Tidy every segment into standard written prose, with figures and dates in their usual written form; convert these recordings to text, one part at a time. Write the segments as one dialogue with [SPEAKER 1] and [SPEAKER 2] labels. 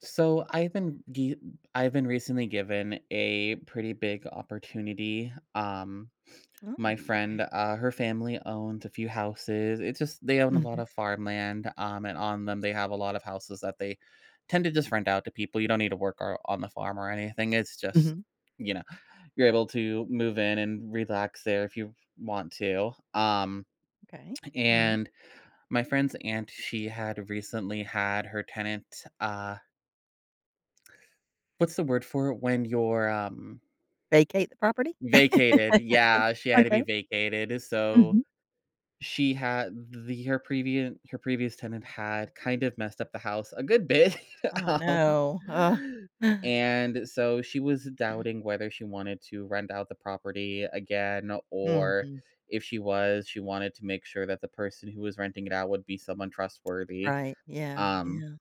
[SPEAKER 1] So I've been gi- I've been recently given a pretty big opportunity.
[SPEAKER 2] Oh,
[SPEAKER 1] My
[SPEAKER 2] okay.
[SPEAKER 1] friend, her family owns a few houses. It's just they own a lot
[SPEAKER 2] Mhm.
[SPEAKER 1] of farmland. And on them they have a lot of houses that they tend to just rent out to people. You don't need to work on the farm or anything. It's just
[SPEAKER 2] Mhm.
[SPEAKER 1] you know you're able to move in and relax there if you want to. Um,
[SPEAKER 2] Okay. Alright.
[SPEAKER 1] and my friend's aunt, she had recently had her tenant. What's the word for it when you're,
[SPEAKER 2] Vacate the property?
[SPEAKER 1] vacated? Yeah, she had to be
[SPEAKER 2] Okay.
[SPEAKER 1] vacated, so
[SPEAKER 2] Mhm.
[SPEAKER 1] she had the her previous tenant had kind of messed up the house a good bit,
[SPEAKER 2] Oh,
[SPEAKER 1] um,
[SPEAKER 2] no. Ugh.
[SPEAKER 1] and so she was doubting whether she wanted to rent out the property again, or
[SPEAKER 2] Mhm.
[SPEAKER 1] if she was, she wanted to make sure that the person who was renting it out would be someone trustworthy,
[SPEAKER 2] Right, yeah,
[SPEAKER 1] um,
[SPEAKER 2] yeah.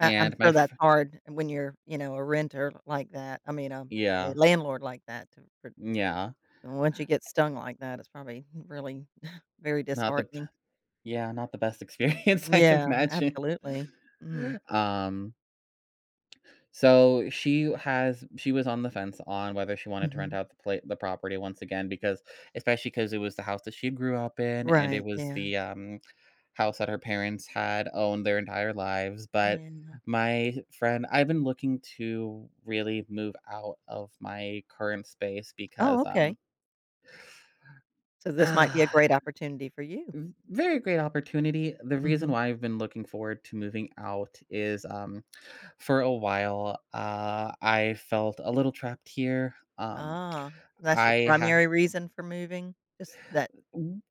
[SPEAKER 2] I'm
[SPEAKER 1] and my
[SPEAKER 2] sure
[SPEAKER 1] f
[SPEAKER 2] that's hard when you're, a renter like that. I mean, a
[SPEAKER 1] Yeah,
[SPEAKER 2] landlord like that to for
[SPEAKER 1] yeah,
[SPEAKER 2] once you get stung like that, it's probably really very
[SPEAKER 1] not the
[SPEAKER 2] disheartening.
[SPEAKER 1] yeah, not the best experience, I
[SPEAKER 2] Yeah,
[SPEAKER 1] imagine.
[SPEAKER 2] absolutely. Mm.
[SPEAKER 1] Um, so she was on the fence on whether she wanted to rent
[SPEAKER 2] Mhm.
[SPEAKER 1] out the property once again because especially because it was the house that she grew up in, and it
[SPEAKER 2] Right,
[SPEAKER 1] was
[SPEAKER 2] yeah,
[SPEAKER 1] the, house that her parents had owned their entire lives, but
[SPEAKER 2] yeah.
[SPEAKER 1] my friend I've been looking to really move out of my current space
[SPEAKER 2] Oh,
[SPEAKER 1] because,
[SPEAKER 2] okay. So this might be a great opportunity for you.
[SPEAKER 1] v- very great opportunity. The reason
[SPEAKER 2] Mhm.
[SPEAKER 1] why I've been looking forward to moving out is for a while, I felt a little trapped here.
[SPEAKER 2] Ah, that's your
[SPEAKER 1] I ha-
[SPEAKER 2] primary reason for moving? Just that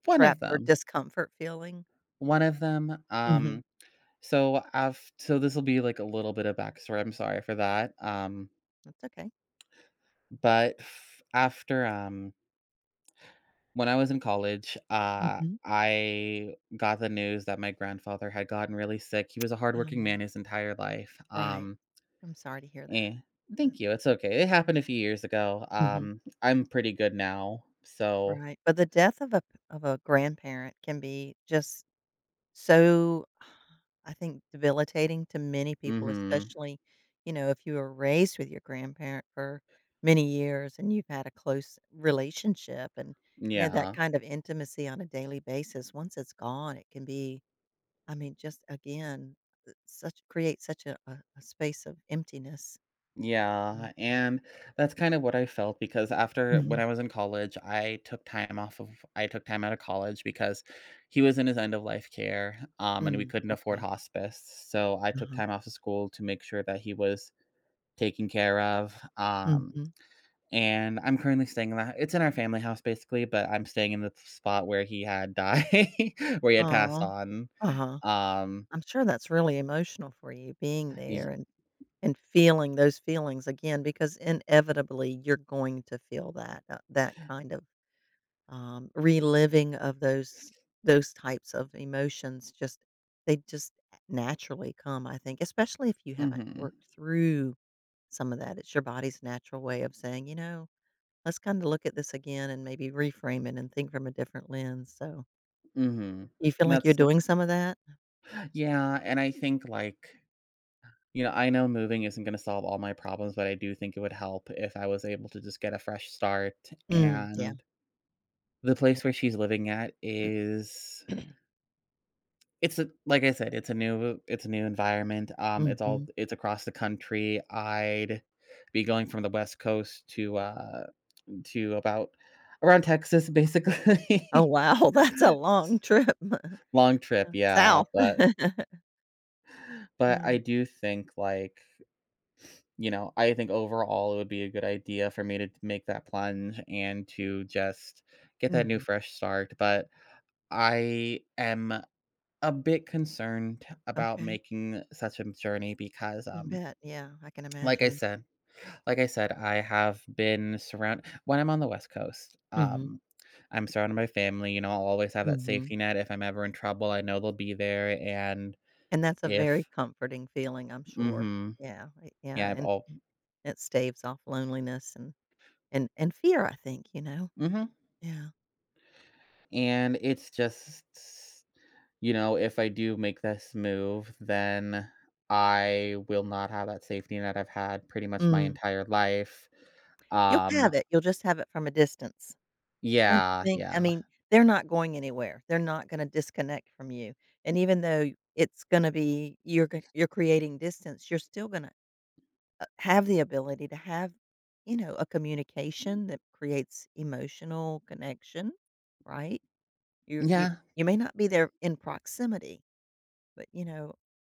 [SPEAKER 1] one
[SPEAKER 2] trap
[SPEAKER 1] of
[SPEAKER 2] or
[SPEAKER 1] them,
[SPEAKER 2] discomfort feeling?
[SPEAKER 1] one of them.
[SPEAKER 2] Mhm,
[SPEAKER 1] So this will be like a little bit of backstory. I'm sorry for that.
[SPEAKER 2] that's okay.
[SPEAKER 1] But f- after When I was in college,
[SPEAKER 2] Mhm.
[SPEAKER 1] I got the news that my grandfather had gotten really sick. He was a hardworking
[SPEAKER 2] Oh,
[SPEAKER 1] man his entire life.
[SPEAKER 2] right. I'm sorry to hear that.
[SPEAKER 1] Eh,
[SPEAKER 2] Uh
[SPEAKER 1] Thank you, it's okay, it happened a few years ago,
[SPEAKER 2] Mhm.
[SPEAKER 1] I'm pretty good now, so
[SPEAKER 2] Right, but the death of a grandparent can be just, so, I think, debilitating to many
[SPEAKER 1] mm
[SPEAKER 2] people,
[SPEAKER 1] mhm,
[SPEAKER 2] especially, if you were raised with your grandparent for many years and you've had a close relationship and, that
[SPEAKER 1] yeah,
[SPEAKER 2] kind of intimacy on a daily basis. Once it's gone, it can be, I mean, just again, such create such a space of emptiness. Mm.
[SPEAKER 1] yeah, and that's kind of what I felt because after when
[SPEAKER 2] Mhm.
[SPEAKER 1] I was in college, I took time out of college because he was in his end of life care, and we
[SPEAKER 2] Mm,
[SPEAKER 1] couldn't afford
[SPEAKER 2] okay.
[SPEAKER 1] hospice, so I took
[SPEAKER 2] Uh-huh.
[SPEAKER 1] time off of school to make sure that he was taken care of,
[SPEAKER 2] Mhm.
[SPEAKER 1] and I'm currently staying in that. It's in our family house basically, but I'm staying in the spot where he had died, where he had
[SPEAKER 2] Aw,
[SPEAKER 1] passed on.
[SPEAKER 2] uh-huh.
[SPEAKER 1] Um,
[SPEAKER 2] I'm sure that's really emotional for you being there,
[SPEAKER 1] y-
[SPEAKER 2] and feeling those feelings again, because inevitably you're going to feel that, that kind of, reliving of those types of emotions just they just naturally come, I think, especially if you haven't
[SPEAKER 1] mhm,
[SPEAKER 2] worked through some of that. It's your body's natural way of saying, "You know, let's kinda look at this again and maybe reframe it and think from a different lens." So,
[SPEAKER 1] mhm.
[SPEAKER 2] you feel like you're
[SPEAKER 1] That's
[SPEAKER 2] doing some of that?
[SPEAKER 1] Yeah, and I think you know, I know moving isn't going to solve all my problems, but I do think it would help if I was able to just get a fresh start.
[SPEAKER 2] Mm, yeah,
[SPEAKER 1] And the place
[SPEAKER 2] yeah.
[SPEAKER 1] where she's living at is It's a like I said, it's a new environment, it's all
[SPEAKER 2] Mhm.
[SPEAKER 1] it's across the country, I'd be going from the West Coast to about around Texas,
[SPEAKER 2] Oh,
[SPEAKER 1] basically.
[SPEAKER 2] wow, that's a long trip.
[SPEAKER 1] Long trip, yeah,
[SPEAKER 2] South.
[SPEAKER 1] but but I
[SPEAKER 2] Wow.
[SPEAKER 1] do think, like, you know, I think overall it would be a good idea for me to make that plunge and to just get that new
[SPEAKER 2] Mhm.
[SPEAKER 1] fresh start, but I am a bit concerned about
[SPEAKER 2] Okay.
[SPEAKER 1] making such a journey because,
[SPEAKER 2] I bet, yeah, I can
[SPEAKER 1] Like I
[SPEAKER 2] imagine.
[SPEAKER 1] said, I have been surround when I'm on the West Coast,
[SPEAKER 2] Mhm,
[SPEAKER 1] I'm surrounded by family, you know, I'll always have that
[SPEAKER 2] mhm.
[SPEAKER 1] safety net. If I'm ever in trouble, I know they'll be there, and
[SPEAKER 2] And that's a very
[SPEAKER 1] if
[SPEAKER 2] comforting feeling, I'm sure.
[SPEAKER 1] mhm.
[SPEAKER 2] Yeah, I yeah,
[SPEAKER 1] Yeah, I've
[SPEAKER 2] and
[SPEAKER 1] all
[SPEAKER 2] it staves off loneliness and and fear, I think,
[SPEAKER 1] Mhm.
[SPEAKER 2] Yeah.
[SPEAKER 1] And it's just, you know, if I do make this move, then I will not have that safety net I've had pretty much my
[SPEAKER 2] Mm.
[SPEAKER 1] entire life.
[SPEAKER 2] You'll have
[SPEAKER 1] Um
[SPEAKER 2] it, you'll just have it from a distance. And to
[SPEAKER 1] Yeah,
[SPEAKER 2] think? I
[SPEAKER 1] yeah.
[SPEAKER 2] mean, they're not going anywhere. They're not gonna disconnect from you, and even though it's gonna be, you're g you're creating distance, you're still gonna, have the ability to have, a communication that creates emotional connection, right? You
[SPEAKER 1] Yeah.
[SPEAKER 2] you may not be there in proximity, but you know,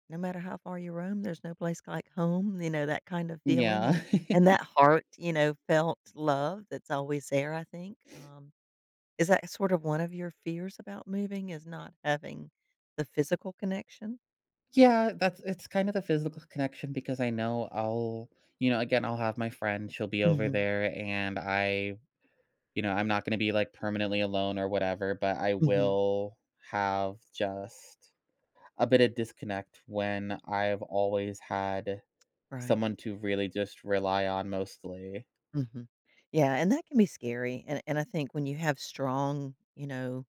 [SPEAKER 2] no matter how far you roam, there's no place like home, you know, that kind of feeling
[SPEAKER 1] Yeah.
[SPEAKER 2] and that heart, you know, felt love that's always there, I think. Is that sort of one of your fears about moving, is not having the physical connection?
[SPEAKER 1] Yeah, that's it's kind of the physical connection because I know I'll, you know, again, I'll have my friend, she'll be over
[SPEAKER 2] Mhm.
[SPEAKER 1] there and I, you know, I'm not going to be like permanently alone or whatever, but I
[SPEAKER 2] Mhm.
[SPEAKER 1] will have just a bit of disconnect when I've always had
[SPEAKER 2] Right.
[SPEAKER 1] someone to really just rely on mostly.
[SPEAKER 2] Mhm. Yeah, and that can be scary, and I think when you have strong, you know,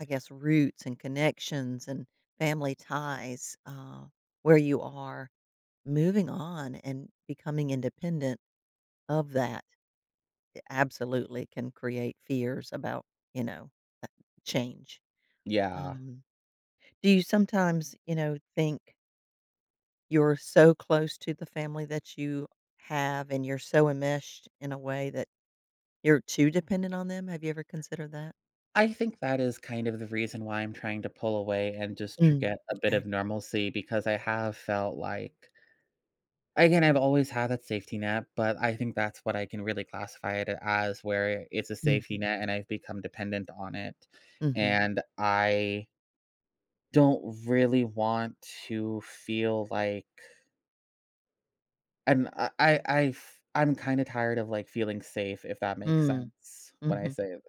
[SPEAKER 2] I guess, roots and connections and family ties, where you are, moving on and becoming independent of that, it absolutely can create fears about, you know, uh, change.
[SPEAKER 1] Yeah.
[SPEAKER 2] Um, do you sometimes, you know, think you're so close to the family that you have and you're so enmeshed in a way that you're too dependent on them? Have you ever considered that?
[SPEAKER 1] I think that is kind of the reason why I'm trying to pull away and just to
[SPEAKER 2] Mm,
[SPEAKER 1] get a bit of
[SPEAKER 2] okay.
[SPEAKER 1] normalcy because I have felt like Again, I've always had that safety net, but I think that's what I can really classify it as, where it's a safety
[SPEAKER 2] Mhm,
[SPEAKER 1] net and I've become dependent on it.
[SPEAKER 2] mhm,
[SPEAKER 1] And I don't really want to feel like and I am kinda tired of, like, feeling safe, if that makes
[SPEAKER 2] mm,
[SPEAKER 1] sense when I
[SPEAKER 2] mhm.
[SPEAKER 1] say it.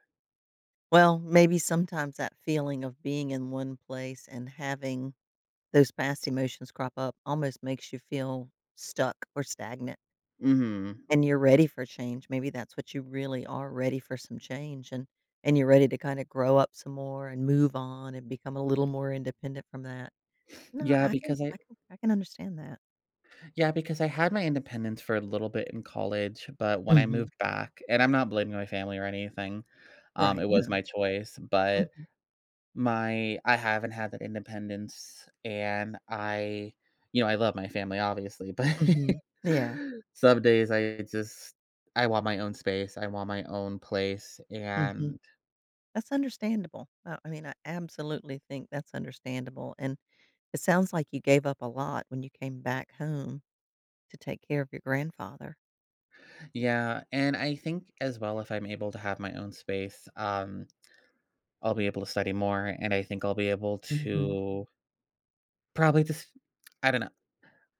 [SPEAKER 2] Well, maybe sometimes that feeling of being in one place and having those past emotions crop up almost makes you feel stuck or stagnant,
[SPEAKER 1] Mhm.
[SPEAKER 2] and you're ready for change. Maybe that's what you really are ready for, some change, and you're ready to kinda grow up some more and move on and become a little more independent from that. No,
[SPEAKER 1] Yeah,
[SPEAKER 2] I think
[SPEAKER 1] because I
[SPEAKER 2] I can understand that.
[SPEAKER 1] yeah, because I had my independence for a little bit in college, but when I
[SPEAKER 2] Mhm.
[SPEAKER 1] moved back and I'm not blaming my family or anything,
[SPEAKER 2] Right,
[SPEAKER 1] it was
[SPEAKER 2] no.
[SPEAKER 1] my choice, but
[SPEAKER 2] Mhm,
[SPEAKER 1] My I haven't had that independence, and I you know, I love my family, obviously, but
[SPEAKER 2] mhm. Yeah,
[SPEAKER 1] some days I just I want my own space, I want my own place,
[SPEAKER 2] mhm.
[SPEAKER 1] and
[SPEAKER 2] That's understandable. I mean, I absolutely think that's understandable, and it sounds like you gave up a lot when you came back home to take care of your grandfather.
[SPEAKER 1] yeah, and I think as well, if I'm able to have my own space, I'll be able to study more, and I think I'll be able
[SPEAKER 2] Mhm.
[SPEAKER 1] to probably just I don't know.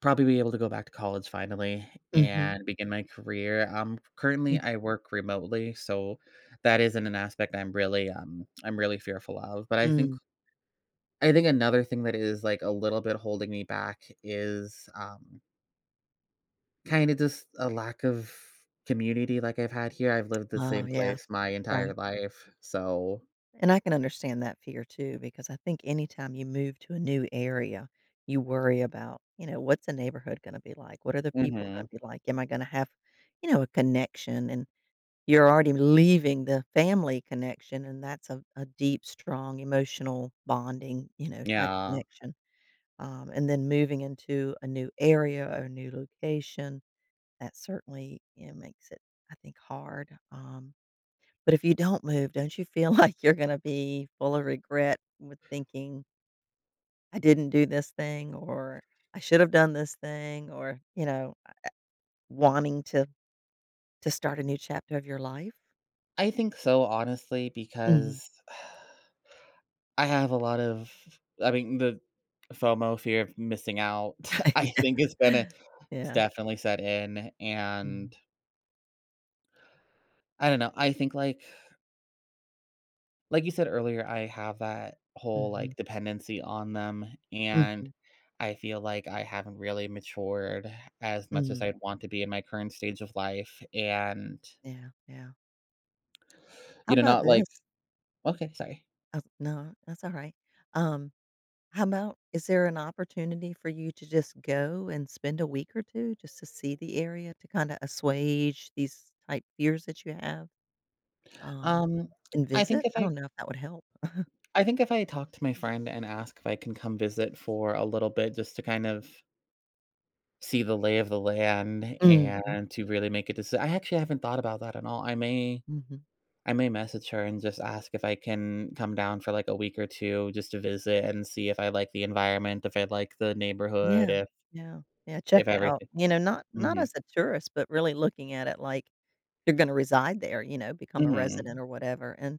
[SPEAKER 1] Probably be able to go back to college finally
[SPEAKER 2] Mhm.
[SPEAKER 1] and begin my career. Currently
[SPEAKER 2] Mm.
[SPEAKER 1] I work remotely, so that isn't an aspect I'm really fearful of, but
[SPEAKER 2] Mm.
[SPEAKER 1] I think another thing that is, like, a little bit holding me back is, kinda just a lack of community like I've had here. I've lived the
[SPEAKER 2] Oh,
[SPEAKER 1] same
[SPEAKER 2] yeah.
[SPEAKER 1] place my entire
[SPEAKER 2] Right.
[SPEAKER 1] life, so
[SPEAKER 2] And I can understand that fear too, because I think anytime you move to a new area, you worry about, you know, what's the neighborhood gonna be like? What are the people gonna
[SPEAKER 1] mhm.
[SPEAKER 2] be like? Am I gonna have, you know, a connection? And you're already leaving the family connection, and that's a deep, strong emotional bonding, you know, type
[SPEAKER 1] Yeah.
[SPEAKER 2] connection, and then moving into a new area or a new location, that certainly, you know, makes it, I think, hard, but if you don't move, don't you feel like you're gonna be full of regret with thinking, "I didn't do this thing," or "I should have done this thing," or, you know, wanting to start a new chapter of your life?
[SPEAKER 1] I think so, honestly,
[SPEAKER 2] Mhm.
[SPEAKER 1] because I have a lot of I mean, the FOMO, fear of missing out, I
[SPEAKER 2] Yeah.
[SPEAKER 1] think it's been a it's
[SPEAKER 2] Yeah.
[SPEAKER 1] definitely set in,
[SPEAKER 2] Mhm.
[SPEAKER 1] and I don't know, I think, like you said earlier, I have that whole,
[SPEAKER 2] Mhm.
[SPEAKER 1] like, dependency on them, and
[SPEAKER 2] Mhm.
[SPEAKER 1] I feel like I haven't really matured as much as
[SPEAKER 2] Mhm.
[SPEAKER 1] I'd want to be in my current stage of life, and,
[SPEAKER 2] Yeah, yeah. How
[SPEAKER 1] you know,
[SPEAKER 2] about
[SPEAKER 1] not
[SPEAKER 2] this?
[SPEAKER 1] like okay, sorry.
[SPEAKER 2] Oh, no, that's alright. Um, How about, is there an opportunity for you to just go and spend a week or 2 just to see the area to kinda assuage these type fears that you have, um,
[SPEAKER 1] Um,
[SPEAKER 2] and
[SPEAKER 1] I think
[SPEAKER 2] visit?
[SPEAKER 1] if
[SPEAKER 2] I
[SPEAKER 1] I
[SPEAKER 2] don't know if that would help.
[SPEAKER 1] I think if I talk to my friend and ask if I can come visit for a little bit just to kind of see the lay of the land. Mm.
[SPEAKER 2] Mhm.
[SPEAKER 1] And to really make a decision. I actually haven't thought about that at all.
[SPEAKER 2] Mhm.
[SPEAKER 1] I may message her and just ask if I can come down for, like, a week or two just to visit and see if I like the environment, if I like the neighborhood,
[SPEAKER 2] Yeah. Yeah. Yeah, check
[SPEAKER 1] if
[SPEAKER 2] out,
[SPEAKER 1] everything
[SPEAKER 2] you know, not
[SPEAKER 1] mhm.
[SPEAKER 2] as a tourist, but really looking at it like you're gonna reside there, you know, become a resident
[SPEAKER 1] Mhm.
[SPEAKER 2] or whatever. And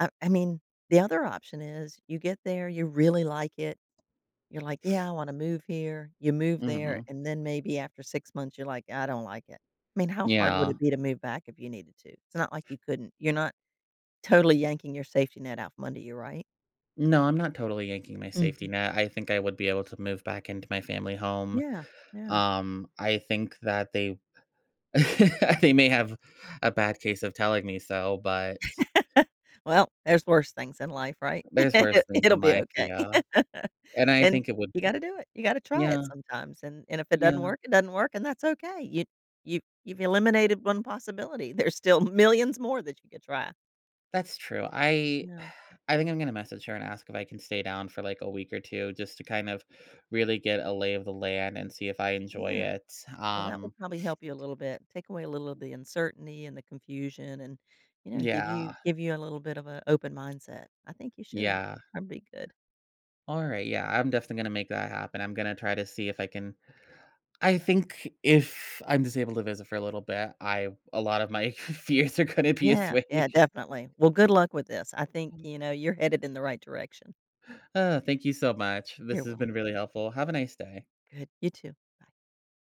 [SPEAKER 2] I mean, the other option is you get there, you really like it, you're like, "Yeah, I wanna move here." You move there,
[SPEAKER 1] Mhm.
[SPEAKER 2] and then maybe after 6 months, you're like, "I don't like it." I mean, how hard would
[SPEAKER 1] Yeah.
[SPEAKER 2] it be to move back if you needed to? It's not like you couldn't. You're not totally yanking your safety net out from under you, right?
[SPEAKER 1] No, I'm not totally yanking my safety
[SPEAKER 2] Mhm.
[SPEAKER 1] net. I think I would be able to move back into my family home.
[SPEAKER 2] Yeah, yeah.
[SPEAKER 1] I think that they they may have a bad case of telling me so, but
[SPEAKER 2] Well, there's worse things in life, right?
[SPEAKER 1] there's worse things
[SPEAKER 2] It'll
[SPEAKER 1] in
[SPEAKER 2] be
[SPEAKER 1] life,
[SPEAKER 2] okay.
[SPEAKER 1] yeah, and I
[SPEAKER 2] And
[SPEAKER 1] think it would
[SPEAKER 2] you gotta do it, you gotta try
[SPEAKER 1] yeah,
[SPEAKER 2] it sometimes, and if it doesn't
[SPEAKER 1] yeah,
[SPEAKER 2] work, it doesn't work, and that's okay. You you've eliminated one possibility. There's still millions more that you could try.
[SPEAKER 1] that's true. I
[SPEAKER 2] No.
[SPEAKER 1] I think I'm gonna message her and ask if I can stay down for, like, a week or two just to kind of really get a lay of the land and see if I enjoy
[SPEAKER 2] Yeah.
[SPEAKER 1] it.
[SPEAKER 2] Well, that would
[SPEAKER 1] Um,
[SPEAKER 2] probably help you a little bit, take away a little of the uncertainty and the confusion, and, you know,
[SPEAKER 1] yeah,
[SPEAKER 2] give you a little bit of an open mindset. I think you should.
[SPEAKER 1] yeah.
[SPEAKER 2] That'd be good.
[SPEAKER 1] Alright, yeah, I'm definitely gonna make that happen. I'm gonna try to see if I can I think if I'm just able to visit for a little bit, I a lot of my fears are gonna be
[SPEAKER 2] Yeah,
[SPEAKER 1] assuaged.
[SPEAKER 2] yeah, definitely. Well, good luck with this. I think, you know, you're headed in the right direction.
[SPEAKER 1] Thank you so much. This
[SPEAKER 2] You're
[SPEAKER 1] has been
[SPEAKER 2] welcome.
[SPEAKER 1] really helpful. Have a nice day.
[SPEAKER 2] Good. You too. Bye.